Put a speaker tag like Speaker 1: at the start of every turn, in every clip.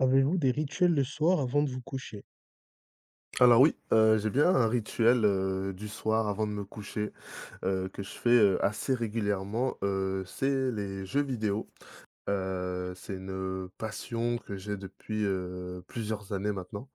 Speaker 1: Avez-vous des rituels le soir avant de vous coucher?
Speaker 2: Alors oui, j'ai bien un rituel du soir avant de me coucher, que je fais, assez régulièrement. C'est les jeux vidéo. C'est une passion que j'ai depuis, plusieurs années maintenant.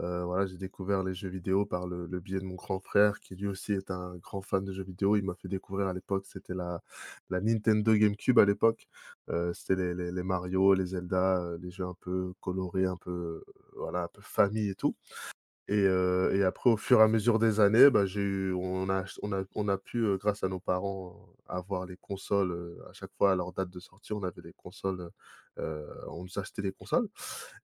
Speaker 2: Voilà, j'ai découvert les jeux vidéo par le biais de mon grand frère qui lui aussi est un grand fan de jeux vidéo. Il m'a fait découvrir à l'époque, c'était la Nintendo GameCube à l'époque. C'était les Mario, les Zelda, les jeux un peu colorés, un peu, voilà, un peu famille et tout. Et après au fur et à mesure des années, bah, j'ai eu on a ach on a pu, grâce à nos parents, avoir les consoles, à chaque fois à leur date de sortie, on avait des consoles, on nous achetait des consoles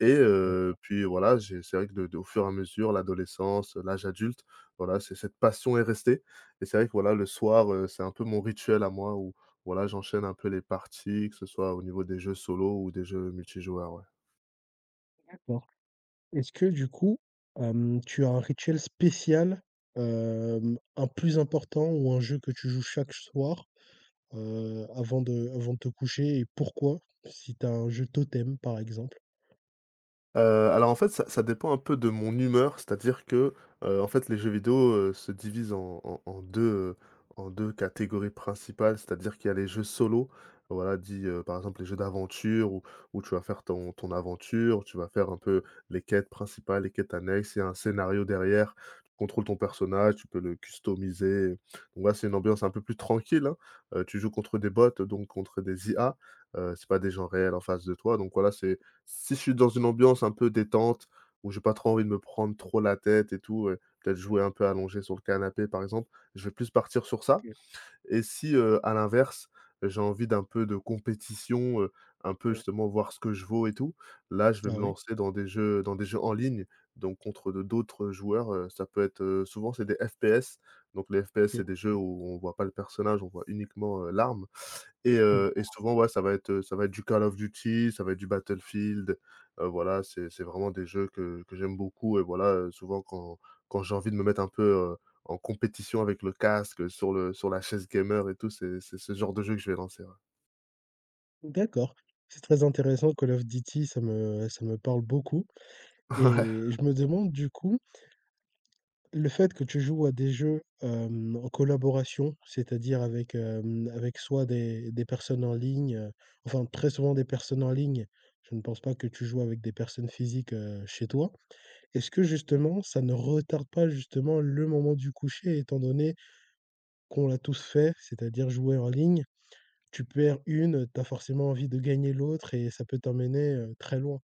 Speaker 2: et puis voilà, j'ai c'est vrai que de au fur et à mesure, l'adolescence, l'âge adulte, voilà, c'est cette passion est restée et c'est vrai que voilà, le soir, c'est un peu mon rituel à moi où voilà, j'enchaîne un peu les parties, que ce soit au niveau des jeux solo ou des jeux multijoueurs, ouais.
Speaker 1: D'accord. Est-ce que du coup, tu as un rituel spécial, un plus important ou un jeu que tu joues chaque soir, avant de te coucher et pourquoi? Si tu as un jeu totem, par exemple?
Speaker 2: Alors, en fait, ça dépend un peu de mon humeur, c'est-à-dire que, en fait, les jeux vidéo, se divisent en 2 catégories principales. C'est-à-dire qu'il y a les jeux solo, voilà, dit par exemple, les jeux d'aventure où tu vas faire ton aventure, tu vas faire un peu les quêtes principales, les quêtes annexes, il y a un scénario derrière, tu contrôles ton personnage, tu peux le customiser. Donc voilà, c'est une ambiance un peu plus tranquille, hein. Tu joues contre des bots, donc contre des IA, c'est pas des gens réels en face de toi, donc voilà, c'est si je suis dans une ambiance un peu détente, où j'ai pas trop envie de me prendre trop la tête et tout, peut-être jouer un peu allongé sur le canapé, par exemple, je vais plus partir sur ça.
Speaker 1: OK,
Speaker 2: Et si, à l'inverse, j'ai envie d'un peu de compétition, un peu
Speaker 1: ouais.
Speaker 2: justement voir ce que je vaux et tout, là, je vais
Speaker 1: Ah
Speaker 2: me
Speaker 1: oui?
Speaker 2: lancer dans des jeux en ligne, donc contre de d'autres joueurs, ça peut être, souvent c'est des FPS. Donc les FPS,
Speaker 1: OK.
Speaker 2: c'est des jeux où on voit pas le personnage, on voit uniquement, l'arme. Et
Speaker 1: Mmh.
Speaker 2: et souvent, ouais, ça va être du Call of Duty, ça va être du Battlefield. Voilà, c'est vraiment des jeux que j'aime beaucoup et voilà, souvent quand j'ai envie de me mettre un peu, en compétition avec le casque, sur le sur la chaise gamer et tout, c'est ce genre de jeu que je vais lancer, ouais.
Speaker 1: D'accord. C'est très intéressant Call of Duty, ça me parle beaucoup
Speaker 2: Ouais.
Speaker 1: et je me demande du coup le fait que tu joues à des jeux, en collaboration, c'est-à-dire avec, avec soit des personnes en ligne, enfin très souvent des personnes en ligne, je ne pense pas que tu joues avec des personnes physiques, chez toi. Est-ce que justement ça ne retarde pas justement le moment du coucher étant donné qu'on l'a tous fait, c'est-à-dire jouer en ligne, tu perds une, tu as forcément envie de gagner l'autre et ça peut t'emmener, très loin.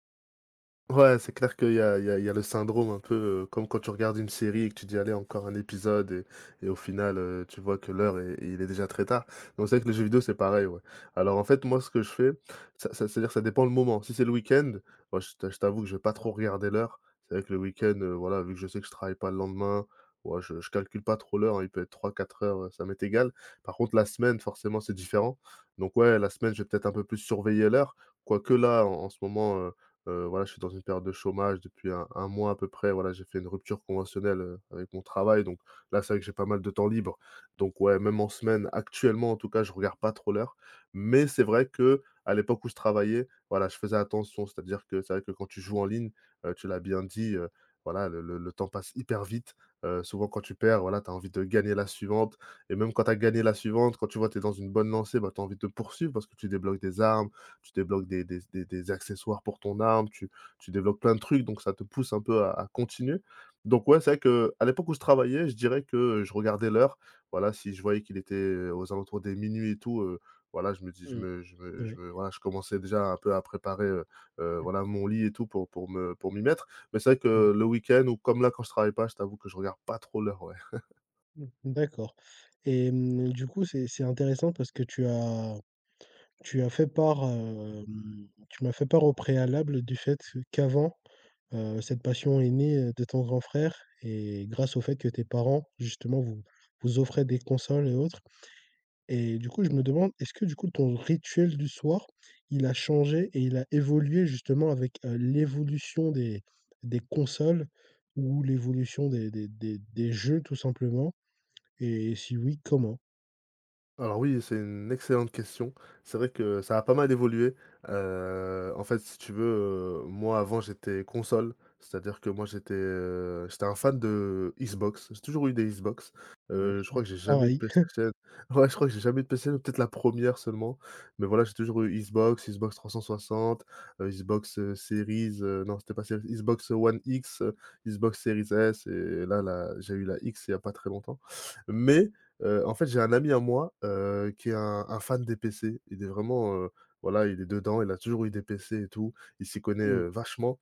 Speaker 2: Ouais, c'est clair qu'il y a il y a il y a le syndrome un peu, comme quand tu regardes une série et que tu dis: «Allez, encore un épisode» et au final, tu vois que l'heure est il est déjà très tard. Donc c'est vrai que les jeux vidéo, c'est pareil, ouais. Alors en fait, moi, ce que je fais, ça ça c'est-à-dire que ça dépend le moment. Si c'est le week-end, moi, je t'avoue que je vais pas trop regarder l'heure. C'est vrai que le week-end, voilà, vu que je sais que je travaille pas le lendemain, ouais, je calcule pas trop l'heure, hein, il peut être trois quatre heures, ça m'est égal. Par contre, la semaine, forcément, c'est différent. Donc ouais, la semaine, je vais peut-être un peu plus surveiller l'heure. Quoique là, en ce moment, voilà, je suis dans une période de chômage depuis un mois à peu près. Voilà, j'ai fait une rupture conventionnelle, avec mon travail, donc là, c'est vrai que j'ai pas mal de temps libre. Donc ouais, même en semaine, actuellement en tout cas, je regarde pas trop l'heure. Mais c'est vrai que à l'époque où je travaillais, voilà, je faisais attention. C'est-à-dire que c'est vrai que quand tu joues en ligne, tu l'as bien dit, voilà, le temps passe hyper vite. Souvent quand tu perds, voilà, tu as envie de gagner la suivante et même quand tu as gagné la suivante, quand tu vois, que tu es dans une bonne lancée, bah, tu as envie de poursuivre parce que tu débloques des armes, tu débloques des accessoires pour ton arme, tu développes plein de trucs, donc ça te pousse un peu à continuer. Donc ouais, c'est vrai que à l'époque où je travaillais, je dirais que je regardais l'heure. Voilà, si je voyais qu'il était, aux alentours des minuit et tout, voilà, je me dis je
Speaker 1: Mmh,
Speaker 2: me je me je
Speaker 1: ouais.
Speaker 2: me voilà, je commençais déjà un peu à préparer voilà mon lit et tout pour me pour m'y mettre. Mais c'est vrai
Speaker 1: Mmh mh.
Speaker 2: que le week-end ou comme là, quand je travaille pas, je t'avoue que je regarde pas trop l'heure, ouais.
Speaker 1: Mmh, d'accord et du coup, c'est intéressant parce que tu as tu as fait part, tu m'as fait part au préalable du fait qu'avant, cette passion est née, de ton grand frère et grâce au fait que tes parents, justement, vous vous offraient des consoles et autres et du coup, je me demande, est-ce que, du coup, ton rituel du soir, il a changé et il a évolué justement avec, l'évolution des consoles ou l'évolution des des jeux tout simplement? Et si oui, comment?
Speaker 2: Alors oui, c'est une excellente question. C'est vrai que ça a pas mal évolué. En fait, si tu veux, moi avant j'étais console, c'est-à-dire que moi j'étais, j'étais un fan de Xbox. J'ai toujours eu des Xbox.
Speaker 1: Ouais,
Speaker 2: Je crois que j'ai jamais eu de
Speaker 1: pareil.
Speaker 2: PlayStation. Ouais, je crois que j'ai jamais eu de PlayStation, peut-être la première seulement. Mais voilà, j'ai toujours eu Xbox, Xbox 360, Xbox, Series, non c'était pas Series, Xbox One X, Xbox Series S et là, la j'ai eu la X il y a pas très longtemps. Mais en fait, j'ai un ami à moi, qui est un fan des PC. Il est vraiment, voilà, il est dedans, il a toujours eu des PC et tout. Il s'y connaît,
Speaker 1: Mmh.
Speaker 2: vachement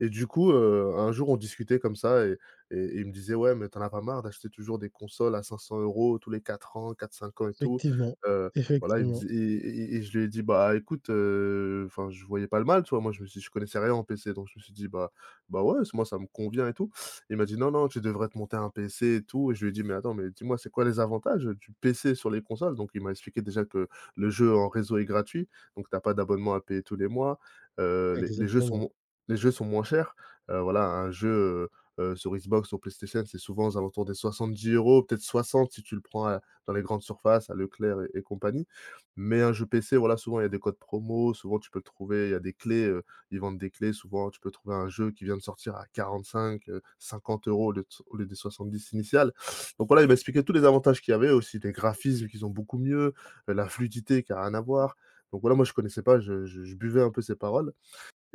Speaker 2: et du coup, un jour, on discutait comme ça et et il me disait: «Ouais, mais t'en as pas marre d'acheter toujours des consoles à 500 € tous les 4 ans, quatre cinq ans et tout?»
Speaker 1: Effectivement,
Speaker 2: heu, voilà, il me
Speaker 1: effectivement.
Speaker 2: dis et et je lui ai dit: «Bah, écoute, enfin, je voyais pas le mal», tu vois? Moi, je me suis je connaissais rien en PC, donc je me suis dit: bah, ouais, moi, ça me convient et tout». Il m'a dit: «Non, non, tu devrais te monter un PC et tout» et je lui ai dit: «Mais attends, mais dis-moi, c'est quoi les avantages, du PC sur les consoles?» Donc il m'a expliqué déjà que le jeu en réseau est gratuit, donc t'as pas d'abonnement à payer tous les mois, heu, les les jeux sont
Speaker 1: Exactement,
Speaker 2: mon les jeux sont moins chers, voilà, un jeu sur Xbox, sur PlayStation, c'est souvent aux alentours des 70 €, peut-être 60 si tu le prends à dans les grandes surfaces, à Leclerc et compagnie. Mais un jeu PC, voilà, souvent il y a des codes promo, souvent tu peux le trouver, il y a des clés, ils vendent des clés. Souvent, tu peux trouver un jeu qui vient de sortir à 45, 50 € au lieu des 70 initiales. Donc voilà, il m'a expliqué tous les avantages qu'il y avait, aussi les graphismes qu'ils ont beaucoup mieux, la fluidité qui a rien à voir. Donc voilà, moi je connaissais pas, je buvais un peu ses paroles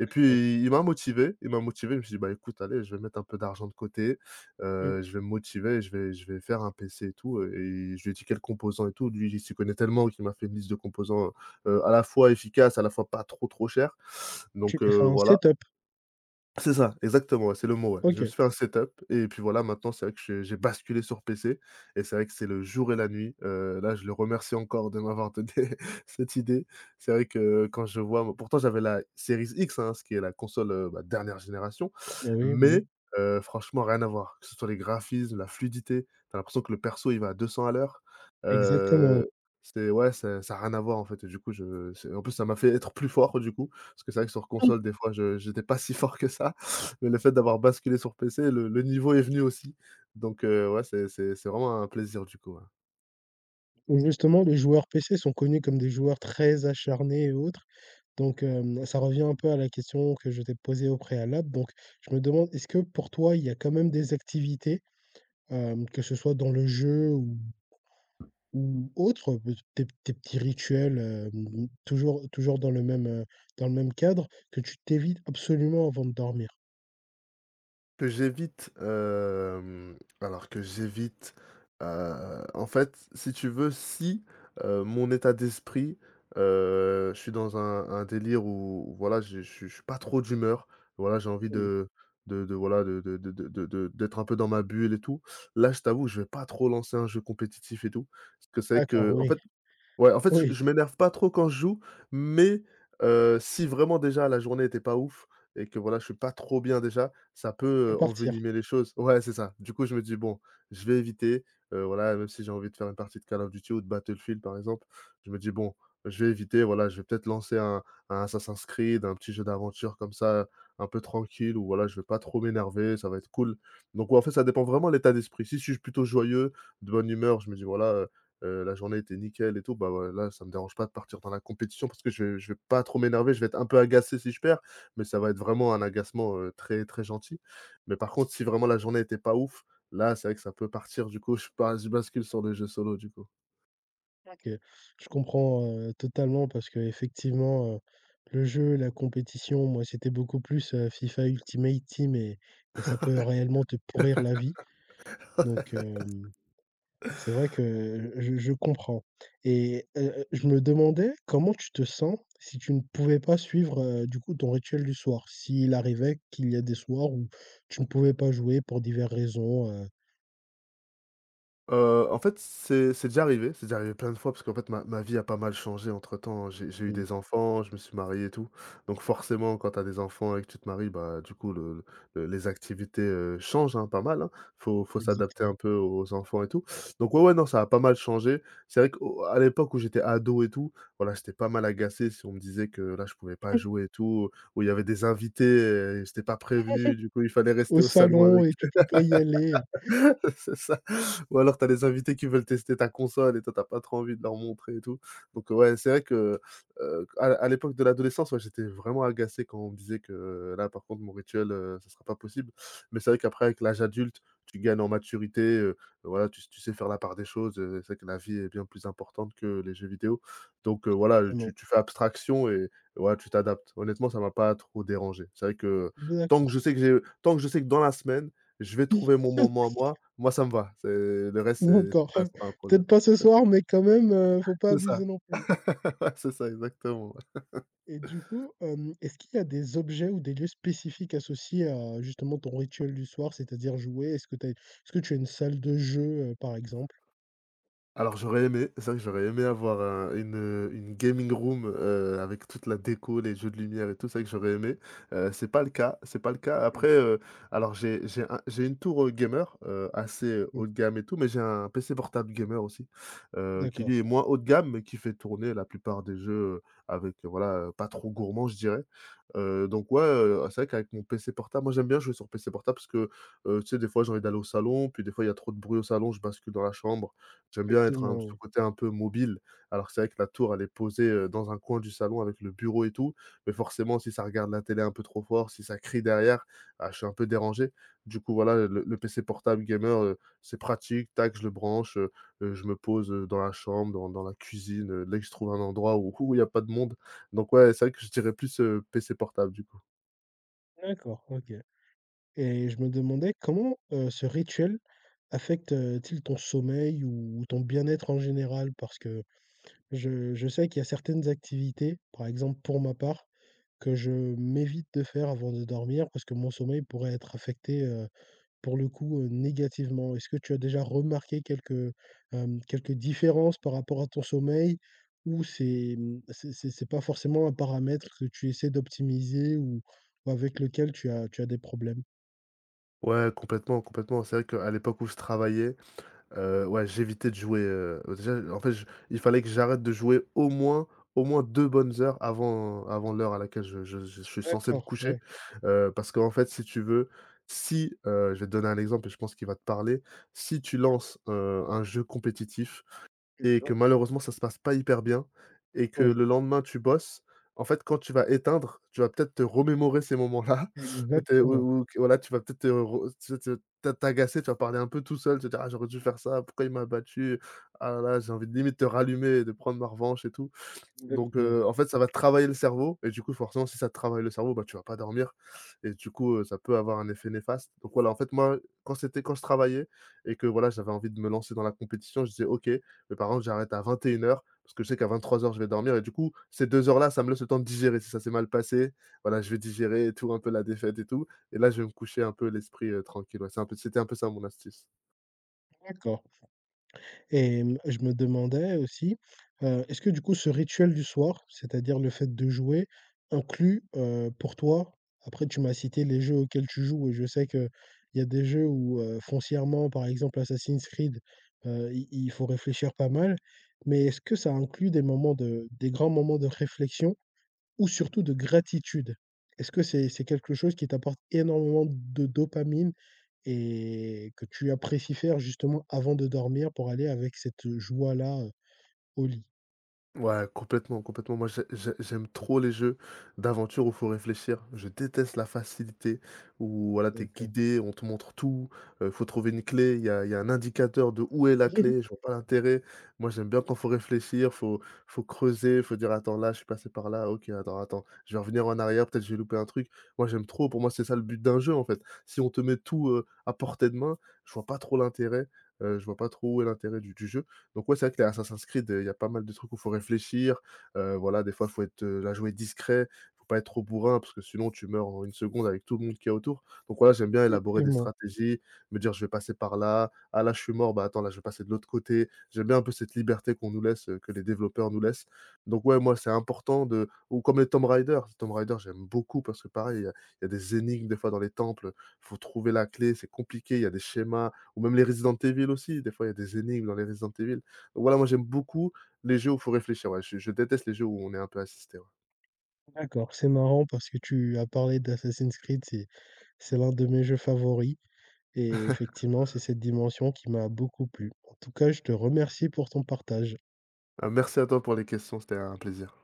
Speaker 2: et
Speaker 1: c'est ça.
Speaker 2: puis il m'a motivé, il m'a motivé. Je me suis dit: «Bah, écoute, allez, je vais mettre un peu d'argent de côté,
Speaker 1: Mmh.
Speaker 2: je vais me motiver, je vais faire un PC et tout» et je lui ai dit quels composants et tout. Lui, il s'y connaît tellement qu'il m'a fait une liste de composants, à la fois efficace, à la fois pas trop, trop cher.
Speaker 1: Tu
Speaker 2: Donc
Speaker 1: t'es fait un
Speaker 2: voilà.
Speaker 1: setup?
Speaker 2: C'est ça, exactement, ouais, c'est le mot, ouais. Je me
Speaker 1: OK.
Speaker 2: suis fait un setup et puis voilà, maintenant c'est vrai que j'ai basculé sur PC et c'est vrai que c'est le jour et la nuit. Là, je le remercie encore de m'avoir donné cette idée. C'est vrai que quand je vois moi pourtant j'avais la Series X, hein, ce qui est la console, bah, dernière génération,
Speaker 1: Bah, oui, oui,
Speaker 2: mais franchement rien à voir. Que ce soit les graphismes, la fluidité, t'as l'impression que le perso il va à 200 à l'heure.
Speaker 1: exactement.
Speaker 2: Heu, c'est Ouais, ça a rien à voir en fait et du coup je c'est en plus ça m'a fait être plus fort du coup parce que c'est vrai que sur console, des fois, je j'étais pas si fort que ça, mais le fait d'avoir basculé sur PC, le niveau est venu aussi, donc ouais, c'est vraiment un plaisir du coup, ouais.
Speaker 1: Ou justement, les joueurs PC sont connus comme des joueurs très acharnés et autres, donc ça revient un peu à la question que je t'ai posée au préalable, donc je me demande, est-ce que pour toi, il y a quand même des activités, que ce soit dans le jeu ou autre, peut tes petits rituels, toujours toujours dans le même cadre, que tu t'évites absolument avant de dormir?
Speaker 2: Que j'évite, alors que j'évite, en fait, si tu veux, si, mon état d'esprit, je suis dans un délire où voilà, je suis pas trop d'humeur, voilà, j'ai envie
Speaker 1: Mmh.
Speaker 2: de d'être un peu dans ma bulle et tout. Là, je t'avoue, je vais pas trop lancer un jeu compétitif et tout, parce que c'est vrai
Speaker 1: D'accord,
Speaker 2: que, en
Speaker 1: oui,
Speaker 2: fait. Ouais, en fait, je
Speaker 1: oui,
Speaker 2: je m'énerve pas trop quand je joue, mais si vraiment déjà la journée était pas ouf et que voilà, je suis pas trop bien déjà, ça
Speaker 1: ça peut
Speaker 2: peut
Speaker 1: partir.
Speaker 2: envenimer les choses. Ouais, c'est ça. Du coup, je me dis: «Bon, je vais éviter», voilà, même si j'ai envie de faire une partie de Call of Duty ou de Battlefield, par exemple, je me dis: «Bon, je vais éviter, voilà, je vais peut-être lancer un Assassin's Creed, un petit jeu d'aventure comme ça, un peu tranquille ou voilà, je vais pas trop m'énerver, ça va être cool». Donc ouais, en fait, ça dépend vraiment de l'état d'esprit. Si je suis plutôt joyeux, de bonne humeur, je me dis: «Voilà, la journée était nickel et tout, bah, ouais, là, ça me dérange pas de partir dans la compétition parce que je vais pas trop m'énerver, je vais être un peu agacé si je perds, mais ça va être vraiment un agacement, très, très gentil. Mais par contre, si vraiment la journée était pas ouf, là, c'est vrai que ça peut partir, du coup, je bascule sur les jeux solo, du coup.
Speaker 1: OK. Je comprends, totalement parce qu'effectivement, le jeu, la compétition, moi, c'était beaucoup plus, FIFA Ultimate Team et ça peut réellement te pourrir la vie. Donc c'est vrai que je comprends et je me demandais comment tu te sens si tu ne pouvais pas suivre, du coup, ton rituel du soir? S'il arrivait qu'il y a des soirs où tu ne pouvais pas jouer pour diverses raisons,
Speaker 2: En fait, c'est déjà arrivé, c'est déjà arrivé plein de fois parce qu'en fait ma vie a pas mal changé entre-temps. J'ai eu
Speaker 1: mmh,
Speaker 2: des enfants, je me suis marié et tout. Donc forcément, quand tu as des enfants et que tu te maries, bah, du coup le les activités, changent, hein, pas mal, hein. Faut s'adapter un
Speaker 1: exactement.
Speaker 2: peu aux enfants et tout. Donc ouais, ouais, non, ça a pas mal changé. C'est vrai qu'à l'époque où j'étais ado et tout, voilà, j'étais pas mal agacé si on me disait que là, je pouvais pas jouer et tout, où il y avait des invités et j'étais pas prévenu, du coup il fallait
Speaker 1: Au
Speaker 2: rester au salon
Speaker 1: salon
Speaker 2: avec
Speaker 1: et tu peux pas y aller,
Speaker 2: c'est ça. Ou alors tu as des invités qui veulent tester ta console et toi tu pas trop envie de leur montrer et tout. Donc ouais, c'est vrai que, à l'époque de l'adolescence, ouais, j'étais vraiment agacé quand on me disait que là, par contre, mon rituel, ça sera pas possible. Mais c'est vrai qu'après avec l'âge adulte, tu gagnes en maturité, voilà, tu sais faire la part des choses, c'est vrai que la vie est bien plus importante que les jeux vidéo. Donc voilà,
Speaker 1: vraiment.
Speaker 2: tu fais abstraction et ouais, tu t'adaptes. Honnêtement, ça m'a pas trop dérangé. C'est vrai que
Speaker 1: D'accord.
Speaker 2: tant que je sais que dans la semaine je vais trouver mon moment à moi. Moi, ça me va. C'est le reste, c'est c'est
Speaker 1: D'accord,
Speaker 2: pas c'est pas un problème.
Speaker 1: peut-être pas ce soir, mais quand même, faut pas
Speaker 2: C'est ça,
Speaker 1: abuser non plus.
Speaker 2: ouais, c'est ça, exactement.
Speaker 1: Et du coup, est-ce qu'il y a des objets ou des lieux spécifiques associés à justement ton rituel du soir, c'est-à-dire jouer? Est-ce que tu as est-ce que tu as une salle de jeu, par exemple?
Speaker 2: Alors j'aurais aimé, c'est vrai que j'aurais aimé avoir une gaming room, avec toute la déco, les jeux de lumière et tout, c'est vrai que j'aurais aimé. C'est pas le cas, c'est pas le cas. Après,
Speaker 1: Mmh.
Speaker 2: alors j'ai un j'ai une tour, gamer, assez,
Speaker 1: Mmh,
Speaker 2: haut de gamme et tout, mais j'ai un PC portable gamer aussi, qui
Speaker 1: d'accord,
Speaker 2: lui est moins haut de gamme, mais qui fait tourner la plupart des jeux, avec, pas trop gourmand, je dirais. Donc ouais, c'est vrai qu'avec mon PC portable moi j'aime bien jouer sur PC portable parce que, tu sais, des fois j'ai envie d'aller au salon, puis des fois il y a trop de bruit au salon, je bascule dans la chambre. J'aime bien être un
Speaker 1: effectivement,
Speaker 2: ce
Speaker 1: oui.
Speaker 2: côté un peu mobile, alors que c'est vrai que la tour, elle est posée, dans un coin du salon avec le bureau et tout, mais forcément, si ça regarde la télé un peu trop fort, si ça crie derrière, ah, je suis un peu dérangé. Du coup, voilà, le PC portable gamer, c'est pratique, tac, je le branche, je me pose, dans la chambre, dans la cuisine, dès que je trouve un endroit où il n'y a pas de monde. Donc ouais, c'est vrai que je dirais plus, PC portable, du coup.
Speaker 1: D'accord, OK. Et je me demandais comment, ce rituel affecte, t il ton sommeil ou ton bien-être en général? Parce que je sais qu'il y a certaines activités, par exemple pour ma part, que je m'évite de faire avant de dormir parce que mon sommeil pourrait être affecté, pour le coup, négativement. Est-ce que tu as déjà remarqué quelques, quelques différences par rapport à ton sommeil ou c'est, mmh, c'est c'est pas forcément un paramètre que tu essaies d'optimiser ou avec lequel tu as des problèmes?
Speaker 2: Ouais, complètement, complètement. C'est vrai qu'à l'époque où je travaillais. Ouais, j'évitais de jouer, déjà, en fait, je il fallait que j'arrête de jouer au moins 2 bonnes heures avant l'heure à laquelle je suis censé me
Speaker 1: D'accord,
Speaker 2: coucher,
Speaker 1: ouais.
Speaker 2: parce qu'en fait, si tu veux, si, je vais te donner un exemple et je pense qu'il va te parler. Si tu lances, un jeu compétitif, et que
Speaker 1: D'accord.
Speaker 2: malheureusement, ça se passe pas hyper bien et que
Speaker 1: Oui,
Speaker 2: le lendemain, tu bosses. En fait, quand tu vas éteindre, tu vas peut-être te remémorer ces moments-là où tu
Speaker 1: exactement,
Speaker 2: où où que voilà, tu vas peut-être te re tu te t'a t'agacer, tu vas parler un peu tout seul, te dire: «Ah, j'aurais dû faire ça, pourquoi il m'a battu? Ah là là», j'ai envie de limite te rallumer et de prendre ma revanche et tout. Donc
Speaker 1: exactement.
Speaker 2: en fait, ça va travailler le cerveau et du coup, forcément, si ça te travaille le cerveau, bah, tu vas pas dormir et du coup, ça peut avoir un effet néfaste. Donc voilà, en fait, moi, quand je travaillais et que voilà, j'avais envie de me lancer dans la compétition, je disais: «OK, mais par contre, j'arrête à 21 heures parce que je sais qu'à 23 heures je vais dormir» et du coup, ces 2 heures-là, ça me laisse le temps de digérer. Si ça s'est mal passé, voilà, je vais digérer et tout, un peu la défaite et tout et là, je vais me coucher un peu l'esprit, tranquille. Ouais, c'était un peu ça mon astuce.
Speaker 1: D'accord. Et je me demandais aussi, est-ce que du coup ce rituel du soir, c'est-à-dire le fait de jouer, inclut, pour toi après tu m'as cité les jeux auxquels tu joues et je sais qu'il y a des jeux où, foncièrement, par exemple Assassin's Creed, i il faut réfléchir pas mal, mais est-ce que ça inclut des moments de des grands moments de réflexion ou surtout de gratitude? Est-ce que c'est quelque chose qui t'apporte énormément de dopamine et que tu apprécies faire justement avant de dormir pour aller avec cette joie-là, au lit.
Speaker 2: Ouais, complètement, complètement. Moi, j'aime trop les jeux d'aventure où il faut réfléchir. Je déteste la facilité où, voilà, t'es
Speaker 1: D'accord.
Speaker 2: guidé, on te montre tout, faut trouver une clé, il y a un indicateur de où est la clé, je vois pas l'intérêt. Moi, j'aime bien quand faut réfléchir, faut creuser, faut dire: «Attends, là, je suis passé par là, OK, attends, attends, je vais revenir en arrière, peut-être j'ai loupé un truc». Moi, j'aime trop, pour moi, c'est ça le but d'un jeu, en fait. Si on te met tout, à portée de main, je vois pas trop l'intérêt, je vois pas trop où est l'intérêt du jeu. Donc ouais, c'est vrai que les Assassin's Creed, il y a pas mal de trucs où faut réfléchir, voilà, des fois, faut être, la jouer discret, faut pas être trop bourrin parce que sinon tu meurs en 1 seconde avec tout le monde qui est autour. Donc voilà, j'aime bien élaborer des
Speaker 1: Effectivement.
Speaker 2: stratégies, me dire: «Je vais passer par là. Ah là, je suis mort, bah, attends, là, je vais passer de l'autre côté». J'aime bien un peu cette liberté qu'on nous laisse, que les développeurs nous laissent. Donc ouais, moi, c'est important de ou comme les Tomb Raider. Tomb Raider, j'aime beaucoup parce que pareil, il y a des énigmes des fois dans les temples, faut trouver la clé, c'est compliqué, il y a des schémas ou même les Resident Evil aussi, des fois, il y a des énigmes dans les Resident Evil. Voilà, moi j'aime beaucoup les jeux où il faut réfléchir, ouais. Je déteste les jeux où on est un peu assisté, ouais.
Speaker 1: D'accord, c'est marrant parce que tu as parlé d'Assassin's Creed, c'est l'un de mes jeux favoris et effectivement, c'est cette dimension qui m'a beaucoup plu. En tout cas, je te remercie pour ton partage.
Speaker 2: Merci à toi pour les questions, c'était un plaisir.